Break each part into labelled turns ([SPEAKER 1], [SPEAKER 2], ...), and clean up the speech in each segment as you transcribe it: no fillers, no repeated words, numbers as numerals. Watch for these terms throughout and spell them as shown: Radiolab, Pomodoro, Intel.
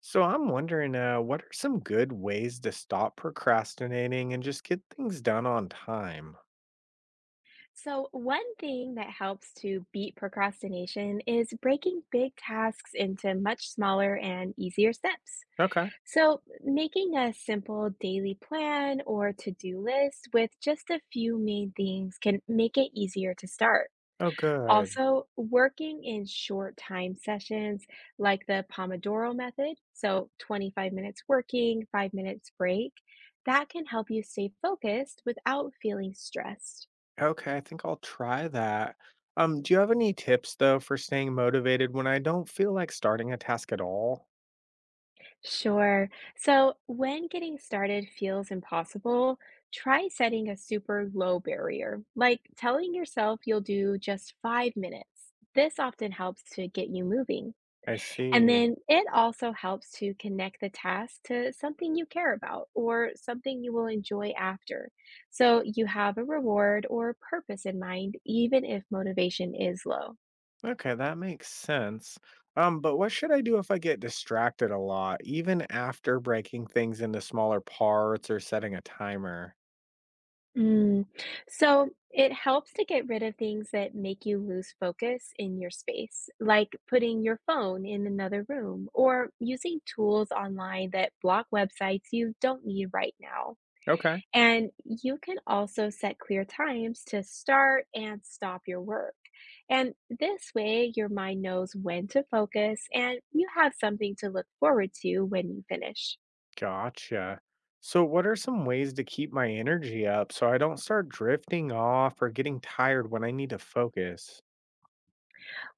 [SPEAKER 1] So I'm wondering, what are some good ways to stop procrastinating and just get things done on time?
[SPEAKER 2] So, one thing that helps to beat procrastination is breaking big tasks into much smaller and easier steps.
[SPEAKER 1] Okay.
[SPEAKER 2] So, making a simple daily plan or to do list with just a few main things can make it easier to start.
[SPEAKER 1] Oh, good.
[SPEAKER 2] Also, working in short time sessions like the Pomodoro method, so 25 minutes working, 5 minutes break, that can help you stay focused without feeling stressed.
[SPEAKER 1] Okay, I think I'll try that. Do you have any tips though for staying motivated when I don't feel like starting a task at all?
[SPEAKER 2] Sure. So when getting started feels impossible, try setting a super low barrier, like telling yourself you'll do just 5 minutes. This often helps to get you moving.
[SPEAKER 1] I
[SPEAKER 2] And
[SPEAKER 1] see.
[SPEAKER 2] then it also helps to connect the task to something you care about or something you will enjoy after. So you have a reward or purpose in mind, even if motivation is low.
[SPEAKER 1] Okay, that makes sense. But what should I do if I get distracted a lot, even after breaking things into smaller parts or setting a timer?
[SPEAKER 2] Mm. So it helps to get rid of things that make you lose focus in your space, like putting your phone in another room or using tools online that block websites you don't need right now.
[SPEAKER 1] Okay.
[SPEAKER 2] And you can also set clear times to start and stop your work. And this way, your mind knows when to focus and you have something to look forward to when you finish.
[SPEAKER 1] Gotcha. So, what are some ways to keep my energy up so I don't start drifting off or getting tired when I need to focus?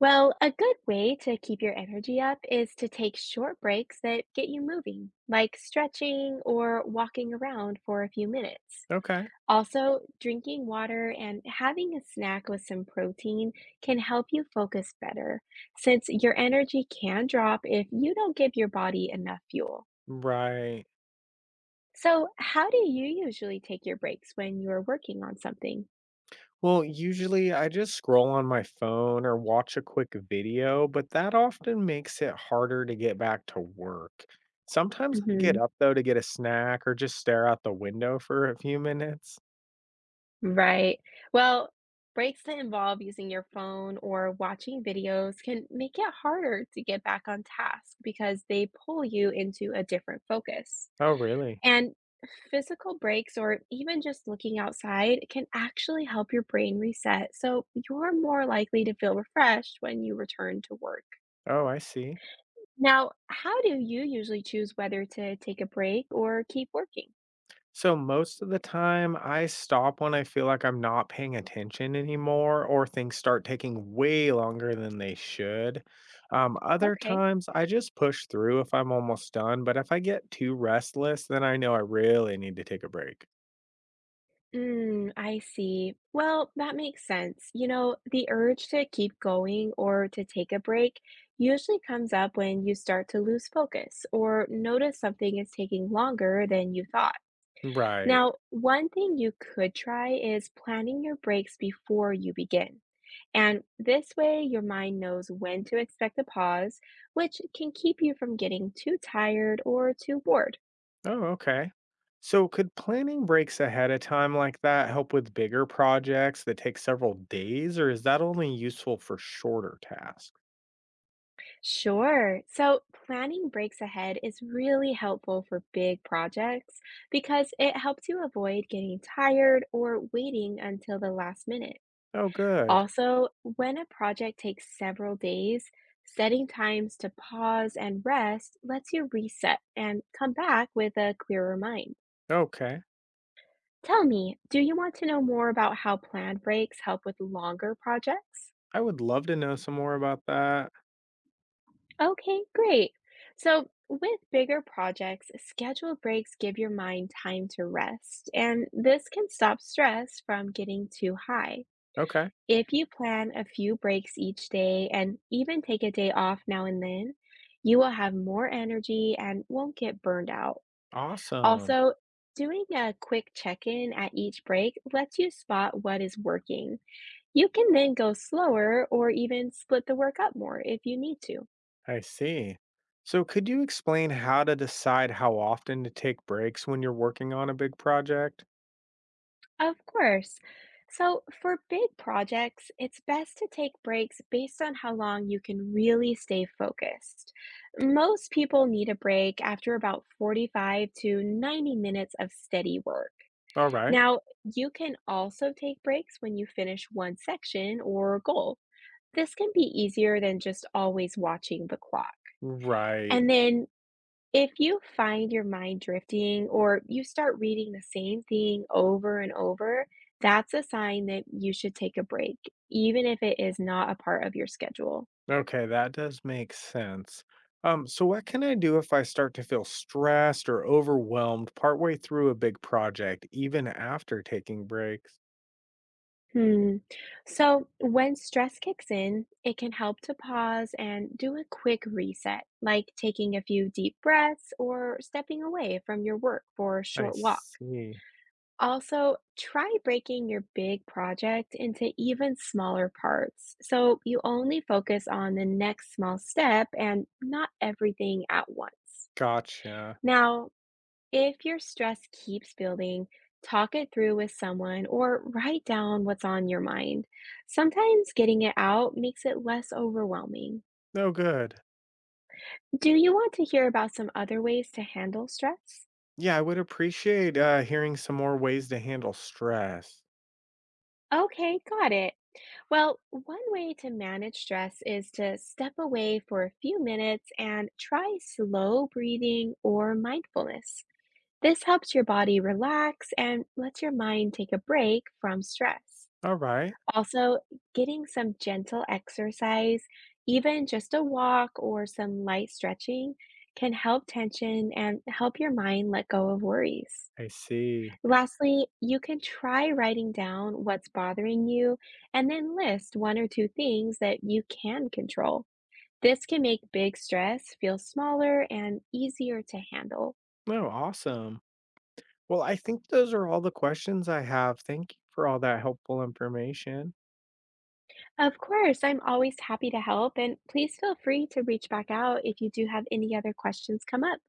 [SPEAKER 2] Well, a good way to keep your energy up is to take short breaks that get you moving, like stretching or walking around for a few minutes.
[SPEAKER 1] Okay.
[SPEAKER 2] Also, drinking water and having a snack with some protein can help you focus better, since your energy can drop if you don't give your body enough fuel.
[SPEAKER 1] Right.
[SPEAKER 2] So, how do you usually take your breaks when you're working on something?
[SPEAKER 1] Well, usually I just scroll on my phone or watch a quick video, but that often makes it harder to get back to work. Sometimes I get
[SPEAKER 2] Mhm.
[SPEAKER 1] up though to get a snack or just stare out the window for a few minutes.
[SPEAKER 2] Right. Well, breaks that involve using your phone or watching videos can make it harder to get back on task because they pull you into a different focus.
[SPEAKER 1] Oh, really?
[SPEAKER 2] And physical breaks or even just looking outside can actually help your brain reset. So you're more likely to feel refreshed when you return to work.
[SPEAKER 1] Oh, I see.
[SPEAKER 2] Now, how do you usually choose whether to take a break or keep working?
[SPEAKER 1] So most of the time, I stop when I feel like I'm not paying attention anymore or things start taking way longer than they should. Other
[SPEAKER 2] Okay.
[SPEAKER 1] times, I just push through if I'm almost done, but if I get too restless, then I know I really need to take a break.
[SPEAKER 2] Mm, I see. Well, that makes sense. You know, the urge to keep going or to take a break usually comes up when you start to lose focus or notice something is taking longer than you thought.
[SPEAKER 1] Right.
[SPEAKER 2] Now, one thing you could try is planning your breaks before you begin. And this way, your mind knows when to expect a pause, which can keep you from getting too tired or too bored.
[SPEAKER 1] Oh, okay. So could planning breaks ahead of time like that help with bigger projects that take several days, or is that only useful for shorter tasks?
[SPEAKER 2] Sure. So planning breaks ahead is really helpful for big projects because it helps you avoid getting tired or waiting until the last minute.
[SPEAKER 1] Oh, good.
[SPEAKER 2] Also, when a project takes several days, setting times to pause and rest lets you reset and come back with a clearer mind.
[SPEAKER 1] Okay.
[SPEAKER 2] Tell me, do you want to know more about how plan breaks help with longer projects?
[SPEAKER 1] I would love to know some more about that.
[SPEAKER 2] Okay, great. So, with bigger projects, scheduled breaks give your mind time to rest, and this can stop stress from getting too high.
[SPEAKER 1] Okay,
[SPEAKER 2] If you plan a few breaks each day and even take a day off now and then, you will have more energy and won't get burned out.
[SPEAKER 1] awesome.
[SPEAKER 2] Also, doing a quick check in at each break lets you spot what is working. You can then go slower or even split the work up more if you need to.
[SPEAKER 1] I see. So, could you explain how to decide how often to take breaks when you're working on a big project?
[SPEAKER 2] Of course. So, for big projects, it's best to take breaks based on how long you can really stay focused. Most people need a break after about 45 to 90 minutes of steady work.
[SPEAKER 1] All right.
[SPEAKER 2] Now, you can also take breaks when you finish one section or goal. This can be easier than just always watching the clock.
[SPEAKER 1] Right.
[SPEAKER 2] And then if you find your mind drifting or you start reading the same thing over and over, that's a sign that you should take a break, even if it is not a part of your schedule.
[SPEAKER 1] Okay, that does make sense. So what can I do if I start to feel stressed or overwhelmed partway through a big project, even after taking breaks?
[SPEAKER 2] Hmm. So, when stress kicks in, it can help to pause and do a quick reset, like taking a few deep breaths or stepping away from your work for a
[SPEAKER 1] I
[SPEAKER 2] short walk.
[SPEAKER 1] see.
[SPEAKER 2] Also, try breaking your big project into even smaller parts so you only focus on the next small step and not everything at once.
[SPEAKER 1] Gotcha.
[SPEAKER 2] Now, if your stress keeps building, talk it through with someone or write down what's on your mind. Sometimes getting it out makes it less overwhelming.
[SPEAKER 1] No good.
[SPEAKER 2] Do you want to hear about some other ways to handle stress?
[SPEAKER 1] Yeah, I would appreciate hearing some more ways to handle stress.
[SPEAKER 2] Okay, got it. Well, one way to manage stress is to step away for a few minutes and try slow breathing or mindfulness. This helps your body relax and lets your mind take a break from stress.
[SPEAKER 1] All right.
[SPEAKER 2] Also, getting some gentle exercise, even just a walk or some light stretching, can help tension and help your mind let go of worries.
[SPEAKER 1] I see.
[SPEAKER 2] Lastly, you can try writing down what's bothering you and then list one or two things that you can control. This can make big stress feel smaller and easier to handle.
[SPEAKER 1] No, awesome. Well, I think those are all the questions I have. Thank you for all that helpful information.
[SPEAKER 2] Of course, I'm always happy to help, and please feel free to reach back out if you do have any other questions come up.